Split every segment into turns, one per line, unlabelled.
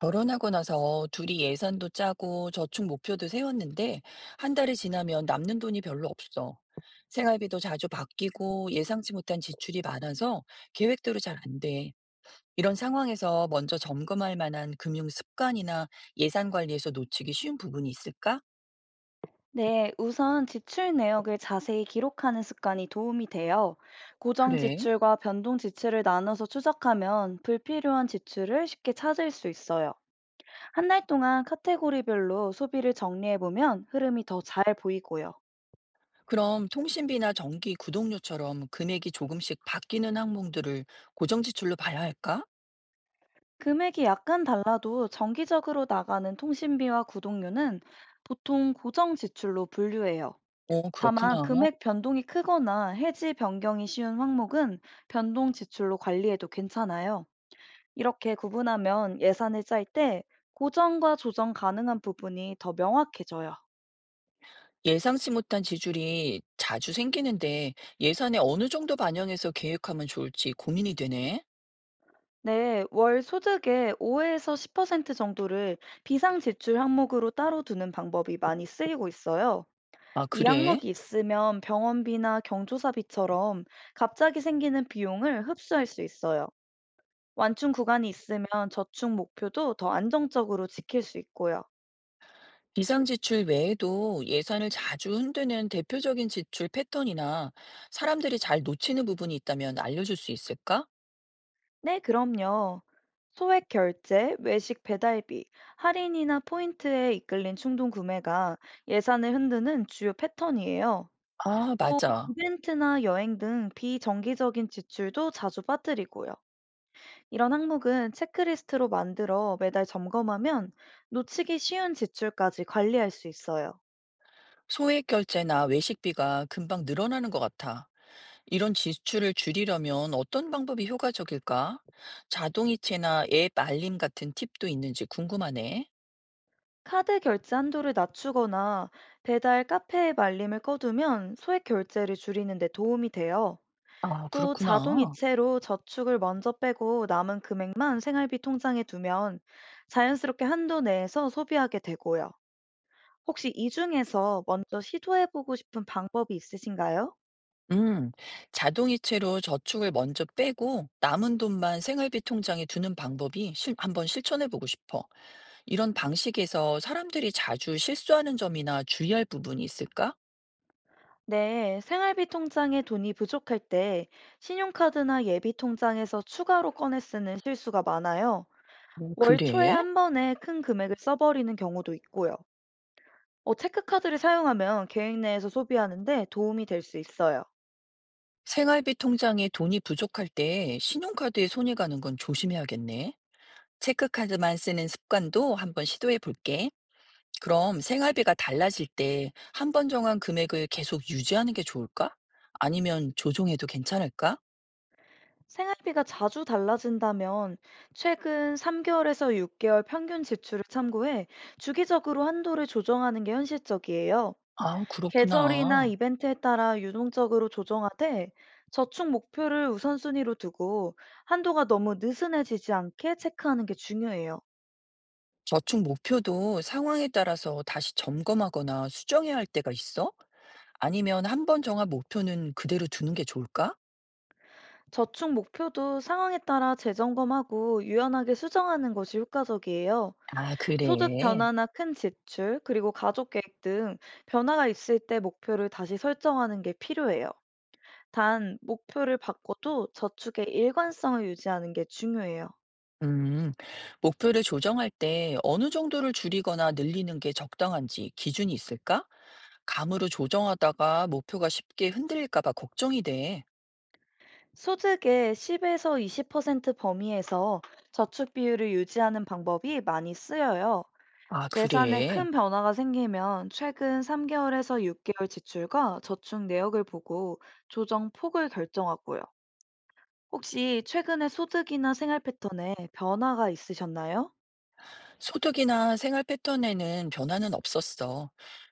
결혼하고 나서 둘이 예산도 짜고 저축 목표도 세웠는데 한 달이 지나면 남는 돈이 별로 없어. 생활비도 자주 바뀌고 예상치 못한 지출이 많아서 계획대로 잘 안 돼. 이런 상황에서 먼저 점검할 만한 금융 습관이나 예산 관리에서 놓치기 쉬운 부분이 있을까?
네, 우선 지출 내역을 자세히 기록하는 습관이 도움이 돼요. 고정
그래?
지출과 변동 지출을 나눠서 추적하면 불필요한 지출을 쉽게 찾을 수 있어요. 한 달 동안 카테고리별로 소비를 정리해보면 흐름이 더 잘 보이고요.
그럼 통신비나 전기, 구독료처럼 금액이 조금씩 바뀌는 항목들을 고정 지출로 봐야 할까?
금액이 약간 달라도 정기적으로 나가는 통신비와 구독료는 보통 고정 지출로 분류해요.
어,
다만
그렇구나.
금액 변동이 크거나 해지 변경이 쉬운 항목은 변동 지출로 관리해도 괜찮아요. 이렇게 구분하면 예산을 짤 때 고정과 조정 가능한 부분이 더 명확해져요.
예상치 못한 지출이 자주 생기는데 예산에 어느 정도 반영해서 계획하면 좋을지 고민이 되네.
네, 월 소득의 5에서 10% 정도를 비상 지출 항목으로 따로 두는 방법이 많이 쓰이고 있어요.
아,
이
그래?
항목이 있으면 병원비나 경조사비처럼 갑자기 생기는 비용을 흡수할 수 있어요. 완충 구간이 있으면 저축 목표도 더 안정적으로 지킬 수 있고요.
비상지출 외에도 예산을 자주 흔드는 대표적인 지출 패턴이나 사람들이 잘 놓치는 부분이 있다면 알려줄 수 있을까?
네, 그럼요. 소액 결제, 외식 배달비, 할인이나 포인트에 이끌린 충동 구매가 예산을 흔드는 주요 패턴이에요.
아,
또
맞아.
이벤트나 여행 등 비정기적인 지출도 자주 빠뜨리고요. 이런 항목은 체크리스트로 만들어 매달 점검하면 놓치기 쉬운 지출까지 관리할 수 있어요.
소액 결제나 외식비가 금방 늘어나는 것 같아. 이런 지출을 줄이려면 어떤 방법이 효과적일까? 자동이체나 앱 알림 같은 팁도 있는지 궁금하네.
카드 결제 한도를 낮추거나 배달 카페의 말림을 꺼두면 소액 결제를 줄이는 데 도움이 돼요.
아,
또
그렇구나.
자동이체로 저축을 먼저 빼고 남은 금액만 생활비 통장에 두면 자연스럽게 한도 내에서 소비하게 되고요. 혹시 이 중에서 먼저 시도해보고 싶은 방법이 있으신가요?
음, 자동이체로 저축을 먼저 빼고 남은 돈만 생활비 통장에 두는 방법이 한번 실천해 보고 싶어. 이런 방식에서 사람들이 자주 실수하는 점이나 주의할 부분이 있을까?
네, 생활비 통장에 돈이 부족할 때 신용카드나 예비 통장에서 추가로 꺼내 쓰는 실수가 많아요.
오,
월 초에
그래?
한 번에 큰 금액을 써버리는 경우도 있고요. 체크카드를 사용하면 계획 내에서 소비하는데 도움이 될 수 있어요.
생활비 통장에 돈이 부족할 때 신용카드에 손이 가는 건 조심해야겠네. 체크카드만 쓰는 습관도 한번 시도해 볼게. 그럼 생활비가 달라질 때 한 번 정한 금액을 계속 유지하는 게 좋을까? 아니면 조정해도 괜찮을까?
생활비가 자주 달라진다면 최근 3개월에서 6개월 평균 지출을 참고해 주기적으로 한도를 조정하는 게 현실적이에요.
아
계절이나
그렇구나.
이벤트에 따라 유동적으로 조정하되 저축 목표를 우선순위로 두고 한도가 너무 느슨해지지 않게 체크하는 게 중요해요.
저축 목표도 상황에 따라서 다시 점검하거나 수정해야 할 때가 있어? 아니면 한 번 정한 목표는 그대로 두는 게 좋을까?
저축 목표도 상황에 따라 재점검하고 유연하게 수정하는 것이 효과적이에요.
아,
소득
그래.
변화나 큰 지출, 그리고 가족 계획 등 변화가 있을 때 목표를 다시 설정하는 게 필요해요. 단, 목표를 바꿔도 저축의 일관성을 유지하는 게 중요해요.
음, 목표를 조정할 때 어느 정도를 줄이거나 늘리는 게 적당한지 기준이 있을까? 감으로 조정하다가 목표가 쉽게 흔들릴까 봐 걱정이 돼.
소득의 10에서 20% 범위에서 저축 비율을 유지하는 방법이 많이 쓰여요.
아,
예산에
그래.
큰 변화가 생기면 최근 3개월에서 6개월 지출과 저축 내역을 보고 조정 폭을 결정하고요. 혹시 최근에 소득이나 생활 패턴에 변화가 있으셨나요?
소득이나 생활 패턴에는 변화는 없었어.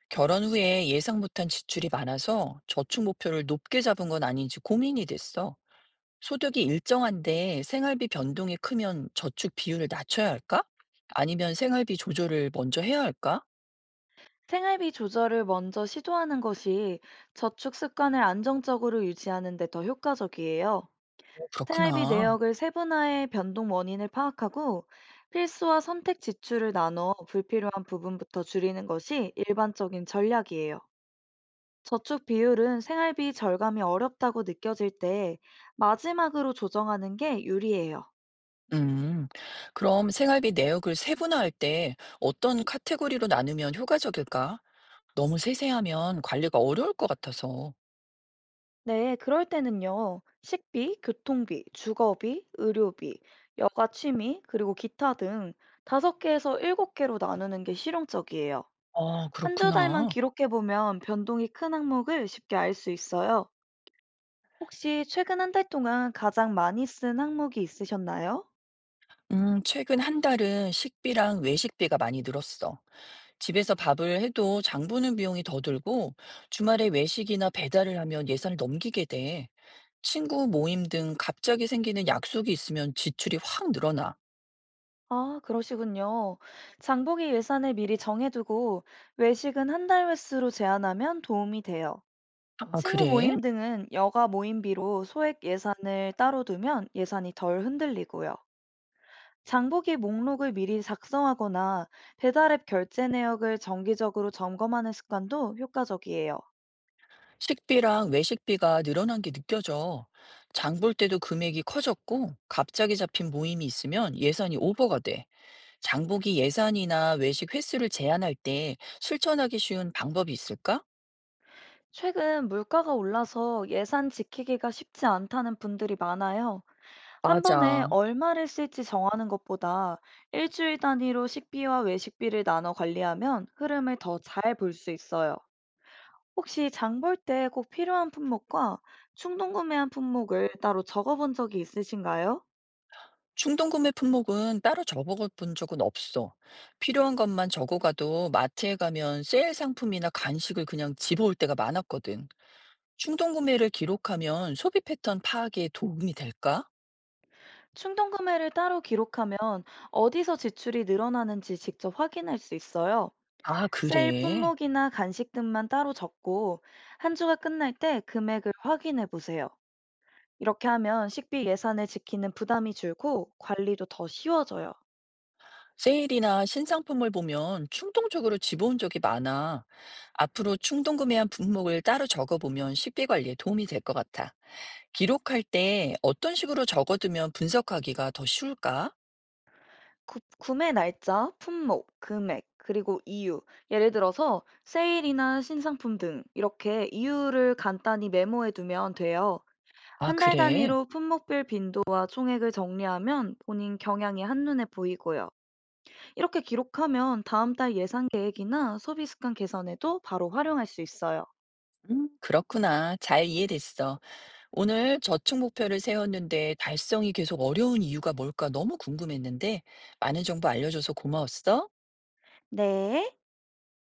결혼 후에 예상 못한 지출이 많아서 저축 목표를 높게 잡은 건 아닌지 고민이 됐어. 소득이 일정한데 생활비 변동이 크면 저축 비율을 낮춰야 할까? 아니면 생활비 조절을 먼저 해야 할까?
생활비 조절을 먼저 시도하는 것이 저축 습관을 안정적으로 유지하는 데 더 효과적이에요.
어,
생활비
그렇구나.
내역을 세분화해 변동 원인을 파악하고 필수와 선택 지출을 나눠 불필요한 부분부터 줄이는 것이 일반적인 전략이에요. 저축 비율은 생활비 절감이 어렵다고 느껴질 때 마지막으로 조정하는 게 유리해요.
음. 그럼 생활비 내역을 세분화할 때 어떤 카테고리로 나누면 효과적일까? 너무 세세하면 관리가 어려울 것 같아서.
네, 그럴 때는요. 식비, 교통비, 주거비, 의료비, 여가 취미, 그리고 기타 등 다섯 개에서 일곱 개로 나누는 게 실용적이에요.
아,
한두 달만
그렇구나.
기록해 보면 변동이 큰 항목을 쉽게 알 수 있어요. 혹시 최근 한 달 동안 가장 많이 쓴 항목이 있으셨나요?
최근 한 달은 식비랑 외식비가 많이 늘었어. 집에서 밥을 해도 장 보는 비용이 더 들고, 주말에 외식이나 배달을 하면 예산을 넘기게 돼. 친구 모임 등 갑자기 생기는 약속이 있으면 지출이 확 늘어나.
아, 그러시군요. 장보기 예산을 미리 정해두고 외식은 한 달 횟수로 제한하면 도움이 돼요.
아,
친구
그래?
모임 등은 여가 모임비로 소액 예산을 따로 두면 예산이 덜 흔들리고요. 장보기 목록을 미리 작성하거나 배달앱 결제 내역을 정기적으로 점검하는 습관도 효과적이에요.
식비랑 외식비가 늘어난 게 느껴져. 장볼 때도 금액이 커졌고, 갑자기 잡힌 모임이 있으면 예산이 오버가 돼. 장보기 예산이나 외식 횟수를 제한할 때 실천하기 쉬운 방법이 있을까?
최근 물가가 올라서 예산 지키기가 쉽지 않다는 분들이 많아요. 한 번에
맞아.
얼마를 쓸지 정하는 것보다 일주일 단위로 식비와 외식비를 나눠 관리하면 흐름을 더 잘 볼 수 있어요. 혹시 장볼 때 꼭 필요한 품목과 충동 구매한 품목을 따로 적어본 적이 있으신가요?
충동구매 품목은 따로 적어 본 적은 없어. 필요한 것만 적어 가도 마트에 가면 세일 상품이나 간식을 그냥 집어올 때가 많았거든. 충동구매를 기록하면 소비 패턴 파악에 도움이 될까?
충동 구매를 따로 기록하면 어디서 지출이 늘어나는지 직접 확인할 수 있어요.
아,
세일
그래.
품목이나 간식 등만 따로 적고 한 주가 끝날 때 금액을 확인해 보세요. 이렇게 하면 식비 예산을 지키는 부담이 줄고 관리도 더 쉬워져요.
세일이나 신상품을 보면 충동적으로 집어온 적이 많아. 앞으로 충동구매한 품목을 따로 적어보면 식비 관리에 도움이 될 것 같아. 기록할 때 어떤 식으로 적어두면 분석하기가 더 쉬울까?
구 구매 날짜, 품목, 금액, 그리고 이유, 예를 들어서 세일이나 신상품 등 이렇게 이유를 간단히 메모해 두면 돼요.
아,
한 달
그래.
단위로 품목별 빈도와 총액을 정리하면 본인 경향이 한눈에 보이고요. 이렇게 기록하면 다음 달 예산 계획이나 소비 습관 개선에도 바로 활용할 수 있어요.
그렇구나. 잘 이해됐어. 오늘 저축 목표를 세웠는데 달성이 계속 어려운 이유가 뭘까 너무 궁금했는데 많은 정보 알려줘서 고마웠어.
네.